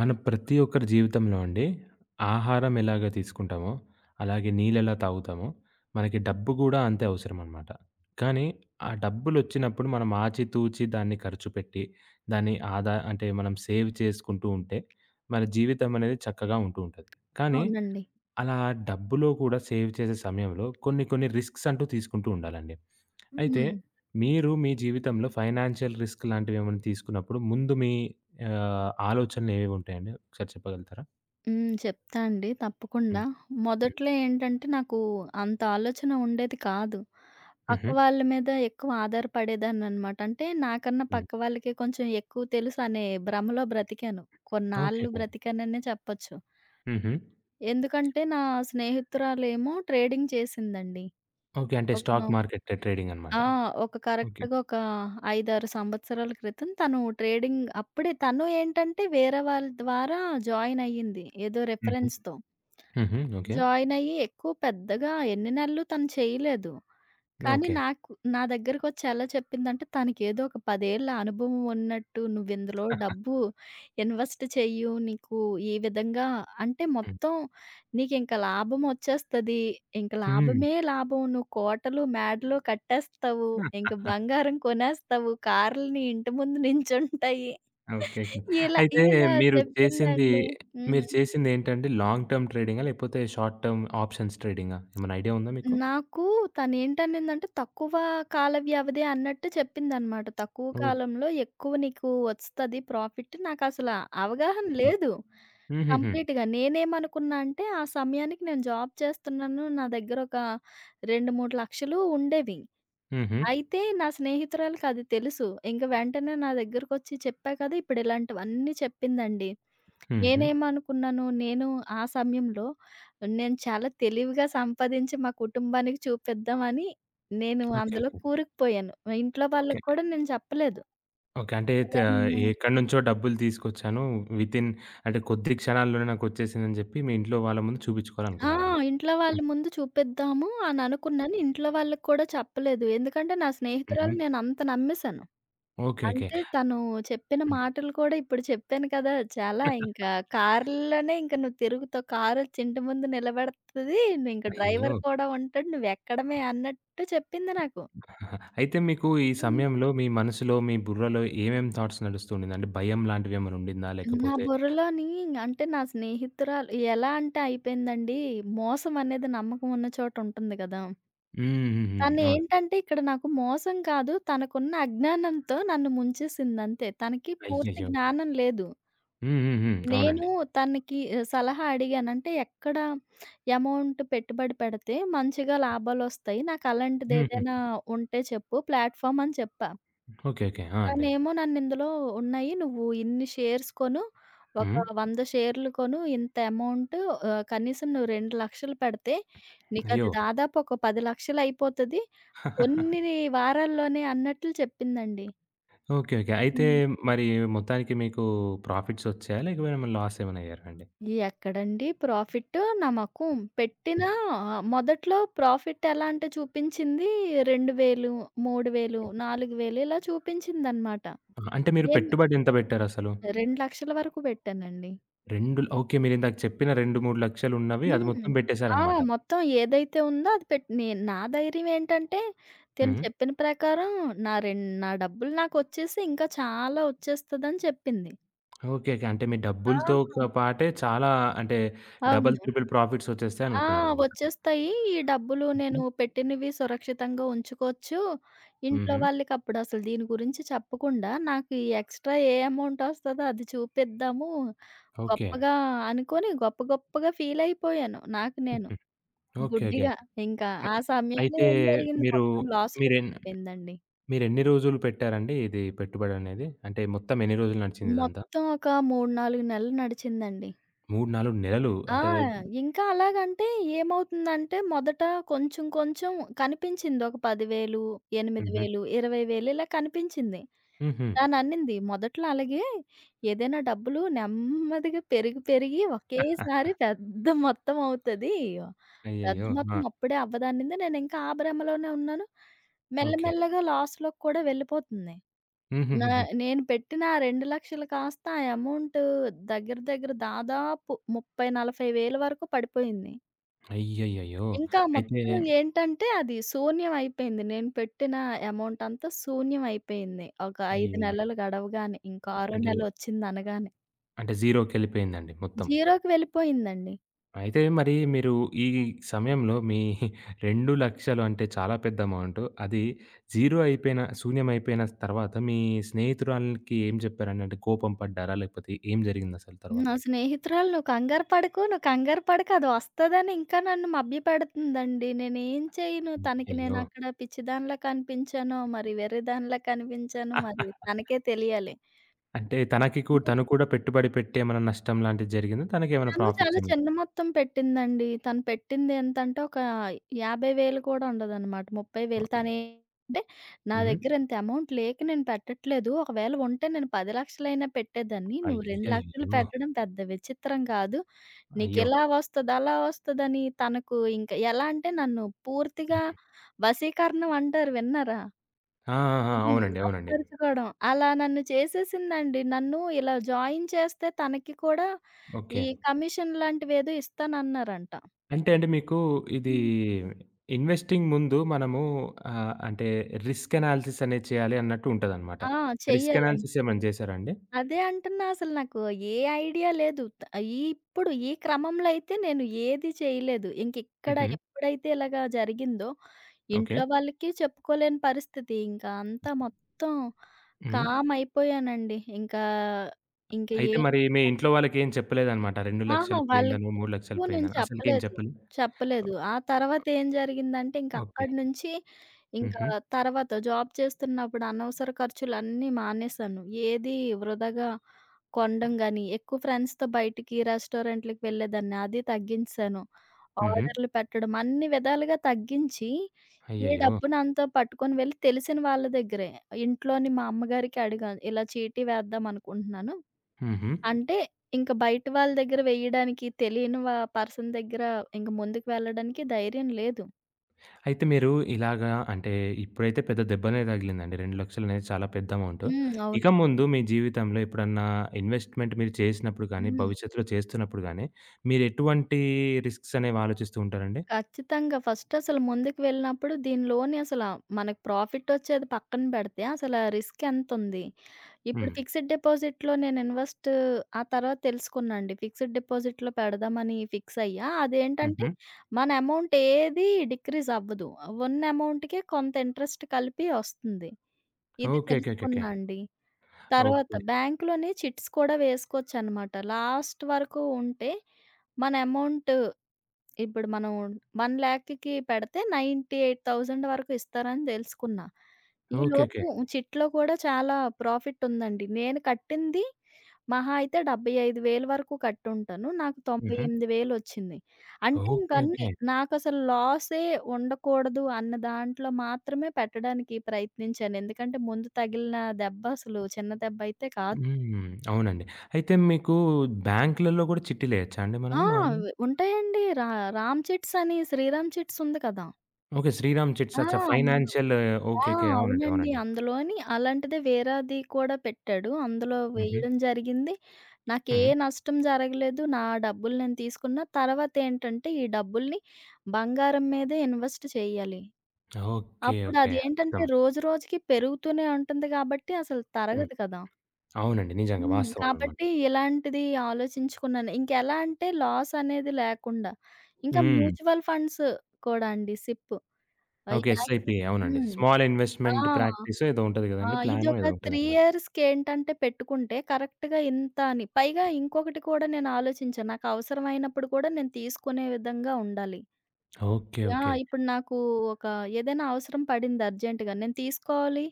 మన ప్రతి ఒక్కరి జీవితంలో అండి ఆహారం ఎలాగ తీసుకుంటామో, అలాగే నీళ్ళెలా తాగుతామో, మనకి డబ్బు గూడా అంతే అవసరమనమాట. కానీ ఆ డబ్బులొచ్చినప్పుడు మనం ఆచితూచి దాన్ని ఖర్చు పెట్టి, దాన్ని ఆదా అంటే మనం సేవ్ చేసుకుంటూ ఉంటే, మన జీవితం అనేది చక్కగా ఉంటూ ఉంటది. కానీ అవునండి. అలా డబ్బులో కూడా సేవ్ చేసే సమయంలో కొన్ని కొన్ని రిస్క్స్ అంటూ తీసుకుంటూ ఉండాలండి. అయితే హ్మ్. మీరు మీ జీవితంలో ఫైనాన్షియల్ రిస్క్ లాంటివేమన్నా తీసుకున్నప్పుడు ముందు మీ ఆలోచనలు ఏవేవి ఉంటాయండి? ఒకసారి చెప్పగలుగుతారా? హ్మ్. చెప్తా అండి తప్పకుండా. హ్మ్. హ్మ్. మొదట్లో ఏంటంటే నాకు అంత ఆలోచన ఉండేది కాదు. పక్క హుహు. వాళ్ళ మీద ఎక్కువ ఆధారపడేదాన్ననమాట. అంటే నాకన్నా హ్మ్. పక్క వాళ్ళకి కొంచెం ఎక్కువ తెలుసు అనే భ్రమలో బ్రతికాను. ఓకే. కొన్నాళ్ళు ఓకే. బ్రతికాననే చెప్పొచ్చు. హుహు. ఎందుకంటే నా స్నేహితురాలేమో ట్రేడింగ్ చేసిందండి. ఓకే. అంటే ఒక స్టాక్ మార్కెట్ ట్రేడింగ్ అనమాట. ఆ! ఒక ఓకే. కరెక్ట్‌గా ఒక 5, 6 సంవత్సరాల క్రితం తను ట్రేడింగ్ అప్పుడే తను ఏంటంటే వేరే వాళ్ళ ద్వారా జాయిన్ అయ్యింది. ఏదో హుహు. రిఫరెన్స్‌తో. హుహు. ఓకే. జాయిన్ అయ్యి ఎక్కువ పెద్దగా ఎన్ని నెలలు తను చేయలేదు. కానీ ఓకే. నాకు నా దగ్గరకొచ్చి ఎలా చెప్పిందంటే, తనకేదో ఒక 10 ఏళ్ల అనుభవం ఉన్నట్టు, "నువ్విందులో డబ్బు ఇన్వెస్ట్ చెయ్యు. నీకు ఈ విధంగా అంటే మొత్తం నీకింక లాభమొచ్చేస్తది. ఇంక హ్మ్. లాభమే లాభం. నువ్వు కోటలు, మేడలు కట్టేస్తావు. ఇంక బంగారం కొనేస్తావు. కార్‌లు నీ ఇంటి ముందు నించుంటాయి." ఓకే. ఓకే. ఇలా అయితే ఇలా మీరు చేసింది, చెప్పిందండి. మీరు హ్మ్. చేసిందేంటండి? లాంగ్ టర్మ్ ట్రేడింగా? లేకపోతే షార్ట్ టర్మ్ ఆప్షన్స్ ట్రేడింగా? ఏమైనా ఐడియా ఉందా మీకు? నాకు తనేంటనిందంటే, తక్కువ కాల వ్యవధి అన్నట్టు చెప్పిందనమాట. తక్కువ ఓకే. కాలంలో ఎక్కువ నీకు వస్తది ప్రాఫిట్. నాకసల అవగాహన లేదు. హుహుహు. కంప్లీట్‌గా. నేనేమనుకున్నా అంటే, ఆ సమయానికి నేను జాబ్ చేస్తున్నాను. నా దగ్గర ఒక 2, 3 లక్షలు ఉండేవి. హుహు. అయితే నా స్నేహితురాలికి అది తెలుసు. ఇంక వెంటనే నా దగ్గరకొచ్చి చెప్పా కదా! ఇప్పుడు ఇలాంటివన్నీ చెప్పిందండి. హుహు. నేనేమనుకున్నాను, ఆ సమయంలో నేను చాలా తెలివిగా సంపాదించి మా కుటుంబానికి చూపిద్దామని నేను ఓకే. అందులో ఓకే. కూరుకుపోయాను. ఇంట్లో ఓకే. వాళ్ళకి కూడా నేను చెప్పలేదు. ఓకే. అంటే త ఇలా నేను ఎక్కడి నుంచో డబ్బులు తీసుకొచ్చాను. వితిన్ అంటే కొద్ది క్షణాల్లోనే నాకొచ్చేసిందని చెప్పి మీ ఇంట్లో వాళ్ళ ముందు ఆ! చూపించుకోవాలనుకున్నారనమాట. ఇంట్లో వాళ్ళ హ్మ్. ముందు చూపిద్దాము అని అనుకున్నాను. ఇంట్లో వాళ్ళకి కూడా చెప్పలేదు. ఎందుకంటే నా హుహు. స్నేహితురాలు నేనంత నమ్మేసాను. ఓకే. ఓకే. అంటే తను చెప్పిన మాటలు కూడా ఇప్పుడు చెప్పాను కదా! చాలా ఇంకా కార్‌లోనే ఇంక నువ్వు తిరుగుతావు. కారొచ్చి ఇంటి ముందు నిలబెడతది. ఇంక అయ్యయ్యో! డ్రైవర్ కూడా ఉంటాడు. నువ్వెక్కడమే అన్నట్టు చెప్పింది నాకు. ఆహాహా! అయితే మీకు ఈ హ్మ్. సమయంలో మీ మనసులో, మీ బుర్రలో ఏమేం థాట్స్ నడుస్తూ ఉండిందండి? భయం లాంటివేమైనా ఉండిందా? నా లేకపోతే బుర్రలోని అంటే నా స్నేహితురాలు ఎలా అంటే అయిపోయిందండి. మోసం అనేది నమ్మకం ఉన్న చోట ఉంటుంది కదా! హ్మ్. హ్మ్. హ్మ్. అవునండి. తనేంటంటే ఇక్కడ నాకు మోసం కాదు. తనకున్న అజ్ఞానంతో నన్ను ముంచేసిందంతే. తనకి పూర్తి అయ్యయ్యో! జ్ఞానం లేదు. హ్మ్. హ్మ్. హ్మ్. నేను అవునండి. తనకి సలహా అడిగాను. అంటే ఎక్కడ అమౌంట్ పెట్టుబడి పెడితే మంచిగా లాభాలొస్తాయి. నాకు హుహు. అలాంటిదేదైనా ఉంటే చెప్పు ప్లాట్‌ఫార్మ్ అని చెప్పా. ఓకే. ఓకే. ఆ! అండి. తనేమో నన్నిందులో ఉన్నాయి. నువ్వు ఇన్ని షేర్స్ కొను. ఒక హ్మ్. 100 షేర్లు కొను. ఇంత అమౌంట్ కనీసం నువ్వు 2,00,000 పెడితే అయ్యో! నీకది దాదాపు ఒక 10,00,000 అయిపోతది. కొన్ని వారాల్లోనే అన్నట్లు చెప్పిందండి. ఓకే. ఓకే. అయితే హ్మ్. మరి మొత్తానికి మీకు ప్రాఫిట్స్ వచ్చాయా? లేకపోతే మరి లాస్ ఏమైనా అయ్యారా అండి? ఎక్కడండి ప్రాఫిట్టు, నమ్మకం. పెట్టిన హ్మ్. మొదట్లో ప్రాఫిట్ ఎలా అంటే చూపించింది 2,000, 3,000, 4,000 ఇలా చూపించిందనమాట. అంటే మీరు నేను పెట్టుబడి ఎంత పెట్టారసలు? 2,00,000 వరకు పెట్టానండి. 2 ఓకే. మీరిందాక చెప్పిన 2, 3 లక్షలు ఉన్నవి అది హ్మ్. మొత్తం ఆ! పెట్టేశారనమాట. మొత్తం ఏదైతే ఉందో అది పెట్ నే నా ధైర్యం ఏంటంటే, తిను హ్మ్. చెప్పిన ప్రకారం నా డబ్బులు నాకొచ్చేసి ఇంకా చాలా వచ్చేస్తదని చెప్పింది. ఓకే. ఓకే. అంటే మీ ఆ! డబ్బులతో క పాటే చాలా అంటే డబుల్, అవును. త్రిబుల్ ప్రాఫిట్స్ వచ్చేస్తాయని ఆ! అనుకున్నారనమాట. వచ్చేస్తాయి. ఈ డబ్బులు హుహు. నేను పెట్టినవి సురక్షితంగా ఉంచుకోవచ్చు. ఇంట్లో హుహు. వాళ్ళకప్పుడు అసలు దీని గురించి చెప్పకుండా, నాకు ఈ ఎక్స్‌ట్రా ఏ అమౌంట్ ఒస్తదో అది చూపిద్దాము ఓకే. గొప్పగా అనుకోని, గొప్ప గొప్పగా ఫీల్ అయిపోయాను నాకు నేను. హుహు. ఓకే. ఓకే. గుడ్డిగా. ఇంకా అ! ఆ సమయంలో అయితే ఏం జరిగింది మీరు మొత్తం లాస్‌లో మీరెన్ పడిపోయిందండి. మీరెన్ని రోజులు పెట్టారండి ఇది పెట్టుబడనేది? అంటే మొత్తం ఎన్ని రోజులు నడిచింది ఇదంతా? మొత్తం ఒక 3, 4 నెలలు నడిచిందండి. 3, 4 నెలలు ఆ! అంటే ఇంకా అలాగంటే ఏమవుతుందంటే మొదట కొంచెం కొంచెం కనిపించింది. ఒక 10,000, హుహు. 8,000, 20,000 ఇలా కనిపించింది. హుహు. తనన్నింది మొదట్లో అలాగే ఏదైనా డబ్బులు నెమ్మదిగా పెరిగి పెరిగి అ! ఒకేసారి పెద్ద మొత్తం అవుతది. పెద్ద అయ్యయ్యో! ఆ! మొత్తం అప్పుడే అవ్వదనింది. నేనింకా ఆ భ్రమలోనే ఉన్నాను. ఓకే. మెల్లమెల్లగా లాస్‌లోకి కూడా వెళ్ళిపోతుంది. నా హుహుహుహు. నేను పెట్టిన ఆ 2,00,000 కాస్త ఆ అమౌంట్ దగ్గర దగ్గర దాదాపు 30, 40 వేల వరకు పడిపోయింది. అయ్యయ్యయ్యో! ఇంకా అయితే మొత్తం ఏంటంటే అది శూన్యం అయిపోయింది. నేను పెట్టిన అమౌంట్ అంతా శూన్యం అయిపోయింది. ఒక 5 అయ్యయ్యో! నెలలు గడవగానే, ఇంకా ఆరో అంటే నెలొచ్చిందనగానే. అంటే జీరోకెళ్ళిపోయిందండి మొత్తం. జీరోకి వెళ్ళిపోయిందండి. అయితే మరి మీరు ఈ సమయంలో మీ 2,00,000 అంటే చాలా పెద్ద అమౌంట్. అది జీరో అయిపోయిన, శూన్యమైపోయిన తర్వాత మీ స్నేహితురాలికి ఏం చెప్పారండి? అంటే కోపం పడ్డారా? లేకపోతే ఏం జరిగిందసలు తర్వాత? నా స్నేహితురాలు "నువ్వు కంగారు పడకు, నువ్వు కంగారు పడకు అది వస్తదని" ఇంకా నన్ను మభ్యపెడుతుందండి. నేనేం చేయను. తనకి అయ్యో! నేనక్కడ పిచ్చిదానిలా కనిపించానో, మరి వెర్రిదానిలా కనిపించానో మరి తనకే తెలియాలి. అంటే తనకి కూ హ్మ్. తను కూడా పెట్టుబడి పెట్టి ఏమైనా నష్టం లాంటిది జరిగిందా? తనకేమైనా తను ప్రాఫిట్స్ చాలా ఏమైనా? చిన్న మొత్తం పెట్టిందండి. తను పెట్టింది ఎంతంటే ఒక 50,000 కూడా ఉండదనమాట. ఆ! 30,000 తనేంటంటే "నా హ్మ్. దగ్గర ఇంత అమౌంట్ లేక నేను పెట్టట్లేదు. ఒకవేళ ఉంటే నేను 10,00,000 అయినా పెట్టేదాన్ని. నువ్వు 2,00,000 అయ్యయ్యో! పెట్టడం పెద్ద విచిత్రం కాదు. అయ్యో! నీకిలా వస్తది, అలా వస్తదని తనకు ఇంక ఎలా అంటే నన్ను పూర్తిగా వశీకరణం అంటారు విన్నారా? ఆ! ఆ! ఆ! హ్మ్. అవునండి. అవునండి. వశపరచుకోవడం. అలా నన్ను చేసేసిందండి. నన్ను ఇలా జాయిన్ చేస్తే తనకి కూడా ఓకే. ఈ కమిషన్ లాంటివేదో ఇస్తానన్నారంట. అంటే అండి మీకు ఇది హ్మ్. ఇన్వెస్టింగ్ ముందు మనము అంటే రిస్క్ అనాలిసిస్ అనేది చేయాలి అన్నట్టు ఉంటదనమాట. ఆ! రిస్క్ చెయ్యాలండి. అనాలిసిస్ ఏమైనా చేసారా అండి? అదే అంటున్నా అసలు నాకు ఏ ఐడియా లేదు. ఈ ఇప్పుడు ఈ క్రమంలో అయితే నేను ఏది చేయలేదు. ఇంకిక్కడ హుహు. ఎప్పుడైతే ఇలాగా జరిగిందో ఓకే. ఇంట్లో వాళ్ళకి చెప్పుకోలేని పరిస్థితి. ఇంకా అంతా మొత్తం హ్మ్. కామ్ అయిపోయానండి. ఇంకా, ఇంకా అయితే ఏం మరి మీ ఇంట్లో వాళ్ళకేం చెప్పలేదనమాట. అహా! 2,00,000 వాళ్ళకి పోయిందనో, 3,00,000 ఎక్కువ నేను పోయిందనో అసలకేం చెప్పలేదు. చెప్పలే? చెప్పలేదు. ఆ తర్వాత ఏం జరిగిందంటే ఇంక ఓకే. అక్కడి నుంచి ఇంకా హుహు. తర్వాత జాబ్ చేస్తున్నప్పుడు అనవసర ఖర్చులన్నీ మానేశాను. ఏది వృధాగా కొనడం గాని, ఎక్కువ ఫ్రెండ్స్‌తో బయటికి రెస్టారెంట్‌లకి వెళ్ళేదాన్ని. అది తగ్గించేశాను. హుహు. ఆర్డర్‌లు పెట్టడం అన్ని విధాలుగా తగ్గించి, ఈ అయ్యయ్యో! డబ్బునంతా పట్టుకొని వెళ్ళి తెలిసిన వాళ్ళ దగ్గరే ఇంట్లోని మా అమ్మగారికి అడిగాను. ఇలా చీటీ వేద్దాం అనుకుంటున్నాను. హుహు. అంటే ఇంక బయట వాళ్ళ దగ్గర వేయడానికి తెలియని వ పర్సన్ దగ్గర ఇంక ముందుకు వెళ్ళడానికి ధైర్యం లేదు. అయితే మీరు ఇలాగా అంటే ఇప్పుడైతే పెద్ద దెబ్బనే తగిలిందండి. 2,00,000 అనేది చాలా పెద్ద అమౌంట్. హ్మ్. అవును. ఇక ముందు మీ జీవితంలో ఎప్పుడన్నా ఇన్వెస్ట్‌మెంట్ మీరు చేసినప్పుడు గానీ, హ్మ్. భవిష్యత్తులో చేస్తున్నప్పుడు గానీ, మీరు ఎటువంటి రిస్క్స్ అనేవి ఆలోచిస్తూ ఉంటారండి? ఖచ్చితంగా. ఫస్ట్ అసలు ముందుకు వెళ్ళినప్పుడు దీనిలోని అసల మనకు ప్రాఫిట్ వచ్చేది పక్కన పెడితే అసల రిస్క్ ఎంతుంది? ఇప్పుడు హ్మ్. ఫిక్స్డ్ డిపాజిట్‌లో నేను ఇన్వెస్ట్ ఆ తర్వాత తెలుసుకున్నా అండి. ఫిక్స్డ్ డిపాజిట్‌లో పెడదామని ఫిక్స్ అయ్యా. అదేంటంటే హుహు. మన అమౌంట్ ఏది డిక్రీజ్ అవ్వదు. ఉన్న అమౌంట్‌కే కొంత ఇంట్రెస్ట్ కలిపి వస్తుంది. ఇది ఓకే. ఓకే. ఓకే. ఓకే. తెలుసుకున్నా అండి. తర్వాత ఓకే. బ్యాంక్‌లోనే చిట్స్ కూడా వేసుకోవచ్చనమాట. లాస్ట్ వరకు ఉంటే మన అమౌంట్ ఇప్పుడు మనం 1,00,000కి పెడితే 98,000 వరకు ఇస్తారని తెలుసుకున్నా. ఓకే. ఓకే. ఈలోపు చిట్‌లో కూడా చాలా ప్రాఫిట్ ఉందండి. నేను కట్టింది మహా అయితే 75,000 వరకు కట్టుంటాను. నాకు హుహు. 98,000 వచ్చింది. అంటే ఓకే. ఇంకన్నీ ఓకే. నాకసలు లాసే ఉండకూడదు అన్న దాంట్లో మాత్రమే పెట్టడానికి ప్రయత్నించాను. ఎందుకంటే ముందు తగిలిన దెబ్బ అసలు చిన్న దెబ్బ అయితే కాదు. హ్మ్. అవునండి. అయితే మీకు బ్యాంకులలో గూడా చిట్టీలేయొచ్చా అండి మనము ఆ! నార్మల్? ఉంటాయండి. రామ్ చిట్స్ అని శ్రీరామ్ చిట్స్ ఉంది కదా! ఓకే. శ్రీరామ్ చిట్స్ ఆ! అచ్చా ఫైనాన్షియల్ ఆ! ఓకే. ఓకే. అవునండి. అవునండి. అవునండి. అందులోని అలాంటిదే వేరేది కూడా పెట్టాడు. అందులో హుహు. వేయడం జరిగింది. నాకే హ్మ్. నష్టం జరగలేదు. నా డబ్బులు నేను తీసుకున్నా. తర్వాతేంటంటే ఈ డబ్బుల్ని బంగారం మీదే ఇన్వెస్ట్ చేయాలి. ఓకే. అప్పుడు ఓకే. అదేంటంటే అద్భుతం. రోజు రోజుకి పెరుగుతూనే ఉంటుంది కాబట్టి అసలు హ్మ్. తరగదు కదా! అవునండి. నిజంగా హ్మ్. వాస్తవం అనమాట. కాబట్టి ఇలాంటిది ఆలోచించుకున్నాను. ఇంకెలా అంటే లాస్ అనేది లేకుండా. ఇంకా హ్మ్. మ్యూచువల్ ఫండ్స్ కూడా అండి సిప్. ఆహ్, ఓకే. ఎస్ఐపి యాక్సిస్ అవునండి. హ్మ్. స్మాల్ ఆ! ఇన్వెస్ట్‌మెంట్ ప్రాక్టీసో ఏదో ఉంటది ఆ! గదండీ. ప్లానో ఇదొక ఏదో 3 ఉంటదనమాట. ఇయర్స్‌కేంటంటే పెట్టుకుంటే కరెక్ట్‌గా ఇంత అని. పైగా ఇంకొకటి కూడా నేను ఆలోచించాను. నాకు అవసరమైనప్పుడు కూడా నేను తీసుకునే విధంగా ఉండాలి. ఓకే. ఓకే. యాహ్! ఇప్పుడు నాకు ఒక ఏదైనా అవసరం పడింది అర్జెంట్‌గా. నేను తీసుకోవాలి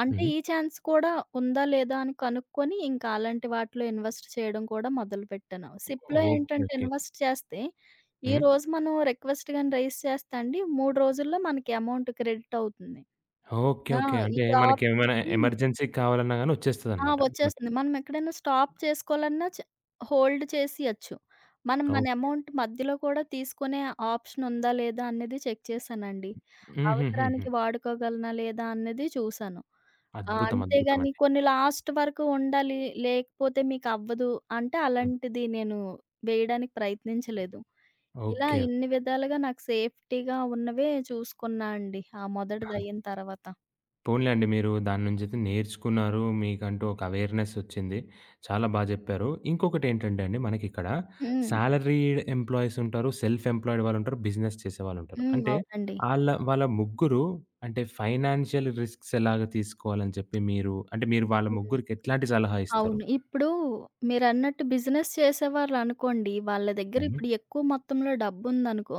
అంటే హుహు. ఈ ఛాన్స్ కూడా ఉందా? లేదా? అని కనుక్కొని ఇంకా అలాంటి వాటిలో ఇన్వెస్ట్ చేయడం కూడా మొదలుపెట్టాను. సిప్‌లో ఓకే. ఏంటంటే ఓకే. ఇన్వెస్ట్ చేస్తే హ్మ్. ఈరోజు మనం రిక్వెస్ట్ గాని రైజ్ చేస్తే అండి 3 రోజుల్లో మనకి అమౌంట్ క్రెడిట్ అవుతుంది. ఓకే. ఆ! ఓకే. ఈ అంటే ఆప్షన్ మనకేమైనా హ్మ్. ఎమర్జెన్సీ కావాలన్నా గాని ఆ! వచ్చేస్తదనమాట. వచ్చేస్తుంది. మనం ఎక్కడైనా స్టాప్ చేసుకోవాలన్నా హోల్డ్ చేసియచ్చు. మనం మన ఓకే. అమౌంట్ మధ్యలో కూడా తీసుకునే ఆప్షన్ ఉందా? లేదా? అనేది చెక్ చేశానండి. హుహుహుహు. అవసరానికి వాడుకోగలనా? లేదా? అన్నది చూశాను. ఆ! అద్భుతం. అద్భుతం అంతేగాని అండి. కొన్ని లాస్ట్ వరకు ఉండాలి. లేకపోతే మీకవ్వదు అంటే హ్మ్. అలాంటిది నేను వేయడానికి ప్రయత్నించలేదు. ఇలా ఓకే. ఇన్ని విధాలుగా నాకు సేఫ్టీగా ఉన్నవే చూసుకున్నా అండి. ఆ మొదటిదయిన తర్వాత. పోన్లేండి. మీరు దాని నుంచైతే నేర్చుకున్నారు. మీకంటూ ఒక అవేర్‌నెస్ ఒచ్చింది. చాలా బా జెప్పారు. ఇంకొకటేంటంటే అండి మనకిక్కడ హ్మ్. సాలరీడ్ ఎంప్లాయీస్ ఉంటారు. సెల్ఫ్ ఎంప్లాయిడ్ వాళ్ళుంటారు. బిజినెస్ చేసేవాళ్ళుంటారు. హ్మ్. అంటే అవునండి. ఆళ్ళ వాళ్ళ ముగ్గురు అంటే ఫైనాన్షియల్ రిస్క్స్ ఎలాగా తీసుకోవాలని చెప్పి మీరు వాళ్ళ హ్మ్. ముగ్గురికి ఎట్లాంటి సలహా ఇస్తారు? అవును. ఇప్పుడు మీరన్నట్టు బిజినెస్ చేసేవాళ్ళనుకోండి, వాళ్ళ దగ్గర హుహు. ఇప్పుడు ఎక్కువ మొత్తంలో డబ్బుందనుకో,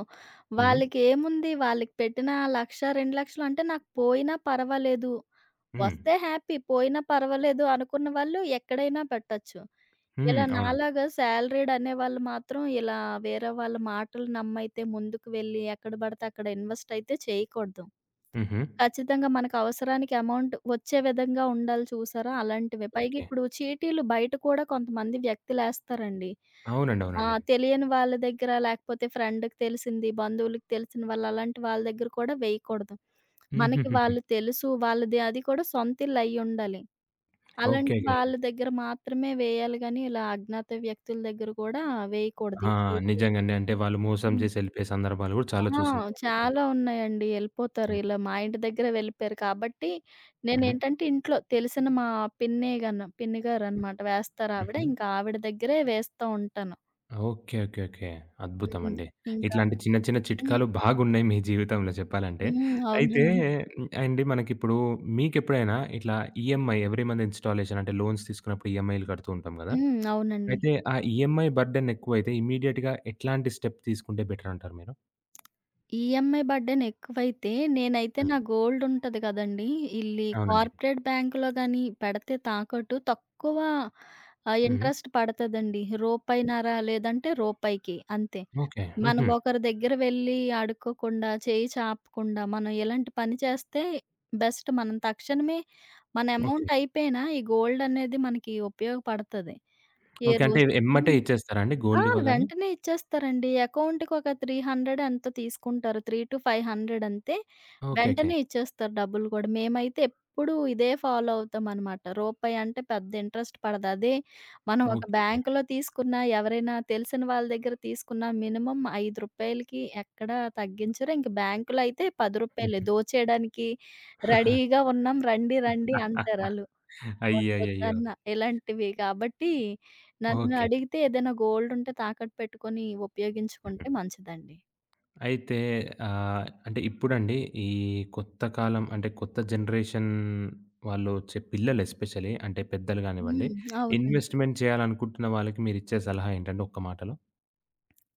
వాళ్ళకేముంది హ్మ్. వాళ్ళకి ఏముంది, వాళ్ళకి పెట్టిన 1,00,000, 2,00,000 అంటే నాకు పోయినా పర్వాలేదు, హ్మ్. వస్తే హ్యాపీ పోయినా పర్వాలేదు అనుకున్న వాళ్ళు ఎక్కడైనా పెట్టొచ్చు. హ్మ్. ఇలా అవునండి. నాలాగా సాలరీడ్ అనేవాళ్ళు మాత్రం ఇలా వేరే వాళ్ళ మాటలు నమ్మయితే ముందుకు వెళ్ళి ఎక్కడ పడితే అక్కడ ఇన్వెస్ట్ అయితే చేయకూడదు. హుహు. ఖచ్చితంగా. మనకవసరానికి అమౌంట్ వచ్చే విధంగా ఉండాలి చూసారా? అలాంటివే. పైగా ఓకే. ఇప్పుడు చీటీలు బయట కూడా కొంతమంది వ్యక్తులేస్తారండి. అవునండి. ఆ! అవునండి. తెలియని వాళ్ళ దగ్గర లేకపోతే ఫ్రెండ్‌కి తెలిసింది, బంధువులకి తెలిసిన వాళ్ళు అలాంటి వాళ్ళ దగ్గర కూడా వేయకూడదు. మనకి హుహుహుహు. వాళ్ళు తెలుసు. వాళ్ళది అది కూడా సొంతిల్లు అయ్యుండాలి. ఓకే. అలాంటి ఓకే. వాళ్ళ దగ్గర మాత్రమే వేయాలి గానీ, ఇలా అజ్ఞాత వ్యక్తుల దగ్గర కూడా వేయకూడదు ఆ! ఈ చీటీ. నిజంగానే. అంటే వాళ్ళు మోసం హ్మ్. చేసి ఎళ్ళిపోయే సందర్భాలు గూడా చాలా ఆ! చూసుంటామనమాట మనం. చాలా ఉన్నాయండి. ఎళ్ళిపోతారు. హ్మ్. ఇలా మా ఇంటి దగ్గర వెళ్ళిపోయారు కాబట్టి, హుహు. నేనేంటంటే ఇంట్లో తెలిసిన మా పిన్ని గారనమాట వేస్తారావిడ. హుహు. ఇంకా ఆవిడ దగ్గరే వేస్తా ఉంటాను. ఓకే. ఓకే. ఓకే. హ్మ్. అద్భుతమండి. ఇంకా ఇట్లాంటి చిన్న చిన్న హ్మ్. చిట్కాలు బాగున్నాయి మీ జీవితంలో చెప్పాలంటే. హ్మ్. అయితే అవునండి. అండి మనకిప్పుడు మీకెప్పుడైనా ఇట్లా ఈఎంఐ ఎవ్రీ మంత్ ఇన్‌స్టాలేషన్ అంటే లోన్స్ తీసుకున్నప్పుడు ఈఎంఐలు కడుతూ ఉంటాం గదా! హ్మ్. అవునండి. అయితే ఆ ఈఎంఐ బర్డెన్ ఎక్కువైతే ఇమ్మీడియేట్‌గా ఎట్లాంటి స్టెప్ తీసుకుంటే బెటర్ అంటారు మీరు? ఈఎంఐ బర్డెన్ ఎక్కువైతే నేనైతే హ్మ్. నా గోల్డ్ ఉంటది కదండీ! ఇల్లి అవునండి. కార్పొరేట్ బ్యాంక్‌లో గాని పెడితే తాకట్టు తక్కువ హుహు. ఇంట్రెస్ట్ పడతదండి. రూపాయిన్నర లేదంటే రూపాయికి అంతే. ఓకే. మనం హుహు. ఒకరి దగ్గర వెళ్ళి అడుక్కోకుండా, చేయి చాపకుండా, మనం ఎలాంటి పని చేస్తే బెస్ట్ మనం తక్షణమే మన హ్మ్. ఓకే. అమౌంట్ అయిపోయినా ఈ గోల్డ్ అనేది మనకి ఉపయోగపడతది. ఏ ఓకే. అంటే రోజు ఎమ్మటే హ్మ్. ఇచ్చేస్తారా అండి ఆ! గోల్డ్ ఇవ్వగానే? వెంటనే ఇచ్చేస్తారండి. అకౌంట్‌కి ఒక 300 ఎంతో తీసుకుంటారు. 3-500 అంతే. ఓకే. ఓకే. వెంటనే ఇచ్చేస్తారు డబ్బులు కూడా. మేమైతే ఎప్పుడూ ఇదే ఫాలో అవుతామనమాట. రూపాయి అంటే పెద్ద ఇంట్రెస్ట్ పడదు. అదే మనం ఒక ఓకే. ఓకే. బ్యాంకులో తీసుకున్నా, ఎవరైనా తెలిసిన వాళ్ళ దగ్గర తీసుకున్నా మినిమమ్ రూ. 5కి ఎక్కడా తగ్గించరు. ఇంక బ్యాంకులో అయితే రూ. 10 హుహు. దోచేయడానికి రెడీగా ఉన్నాం రండి రండి అంటారాళ్ళు. అయ్యయ్యయ్యో! వద్దొద్దన్న. ఇలాంటివి కాబట్టి నన్ను ఓకే. అడిగితే ఏదైనా గోల్డ్ ఉంటే తాకట్టు పెట్టుకొని ఉపయోగించుకుంటే మంచిదండి. అయితే ఆహ్, అంటే ఇప్పుడండి ఈ కొత్త కాలం అంటే కొత్త జనరేషన్ వాళ్ళొచ్చే పిల్లలు ఎస్పెషల్లీ అంటే పెద్దలు గానివ్వండి, హ్మ్. అవునండి. ఇన్వెస్ట్‌మెంట్ చేయాలనుకుంటున్న వాళ్ళకి మీరిచ్చే సలహా ఏంటండి ఒక్క మాటలో?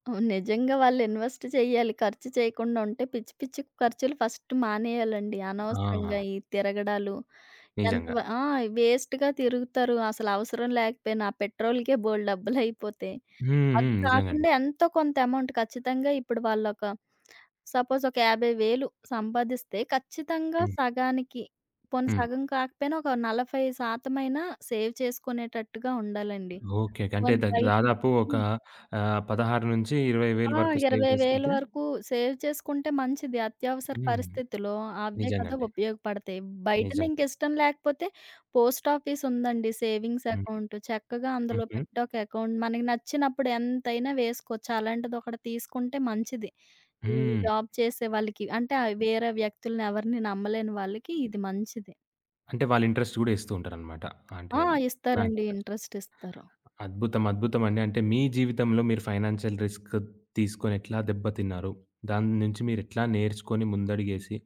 అవును. నిజంగా వాళ్ళు ఇన్వెస్ట్ చేయాలి. ఖర్చు చేయకుండా ఉంటే పిచ్చి పిచ్చి ఖర్చులు ఫస్ట్ మానేయాలండి. అనవసరంగా ఆ! ఈ తిరగడాలు ఎంత నిజంగా. వ ఆ! వేస్ట్‌గా తిరుగుతారు. అసలు అవసరం లేకపోయినా ఆ పెట్రోల్‌కే బోలెడు డబ్బులయిపోతాయి. హ్మ్. హ్మ్. అది నిజంగండి. కాకుండా ఎంతో కొంత అమౌంట్ ఖచ్చితంగా ఇప్పుడు వాళ్ళొక సపోజ్ ఒక 50,000 సంపాదిస్తే ఖచ్చితంగా హ్మ్. సగానికి, పోనీ హ్మ్. సగం కాకపోయినా ఒక 40% అయినా సేవ్ చేసుకునేటట్టుగా ఉండాలండి. ఓకే. ఓకే. అంటే పోనీ దగ్ బయట దాదాపు ఒక హ్మ్. 16-20,000 ఆ! వరకు సేవ్ 20,000 చేసుకుంటే వరకు సేవ్ చేసుకుంటే మంచిది. అత్యవసర హ్మ్. పరిస్థితిలో అవే కదా నిజంగండి. ఉపయోగపడతాయి. బయటది నిజంగా. ఇంకిష్టం లేకపోతే పోస్ట్ ఆఫీస్ ఉందండి సేవింగ్స్ హ్మ్. అకౌంట్. చక్కగా అందులో హుహు. పెట్టి ఒక అకౌంట్ మనకి నచ్చినప్పుడు ఎంతైనా వేసుకోవచ్చు. అలాంటిది ఒకటి తీసుకుంటే మంచిది. ఈ హ్మ్. జాబ్ చేసే వాళ్ళకి అంటే వేరే వ్యక్తులని ఎవరిని నమ్మలేని వాళ్ళకి ఇది మంచిది. అంటే వాళ్ళు ఇంట్రెస్ట్ గూడా ఎస్తూ ఉంటారనమాట. అంటే ఆ! బ్యాంక్ ఇస్తారండి. ఇంట్రెస్ట్. ఇంట్రెస్ట్ ఇస్తారు. అద్భుతం. అద్భుతమండి. అంటే మీ జీవితంలో మీరు ఫైనాన్షియల్ రిస్క్ తీసుకొని ఎట్లా దెబ్బతిన్నారు? దాని నుంచి మీరెట్లా నేర్చుకొని ముందడుగేసి,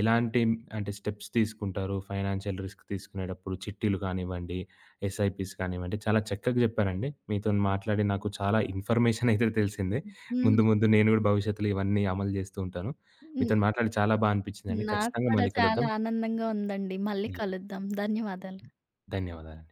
ఎలాంటి అంటే స్టెప్స్ తీసుకుంటారు ఫైనాన్షియల్ రిస్క్ తీసుకునేటప్పుడు? చిట్టీలు కానివ్వండి, ఎస్ఐపీస్ కానివ్వండి, చాలా చక్కగా చెప్పారండి. మీతోని మాట్లాడి నాకు చాలా ఇన్ఫర్మేషన్ అయితే తెలిసింది. హ్మ్. ముందు ముందు నేను గూడా భవిష్యత్తులో ఇవన్నీ అమలు జేస్తూ ఉంటాను. హ్మ్. మీతోని మాట్లాడి చాలా బా అనిపించిందండి. నాకు ఖచ్చితంగా కూడా మళ్ళీ చాలా కలుద్దాం. ఆనందంగా ఉందండి. మళ్ళీ కలుద్దాం. ధన్యవాదాలు. ధన్యవాదాలు.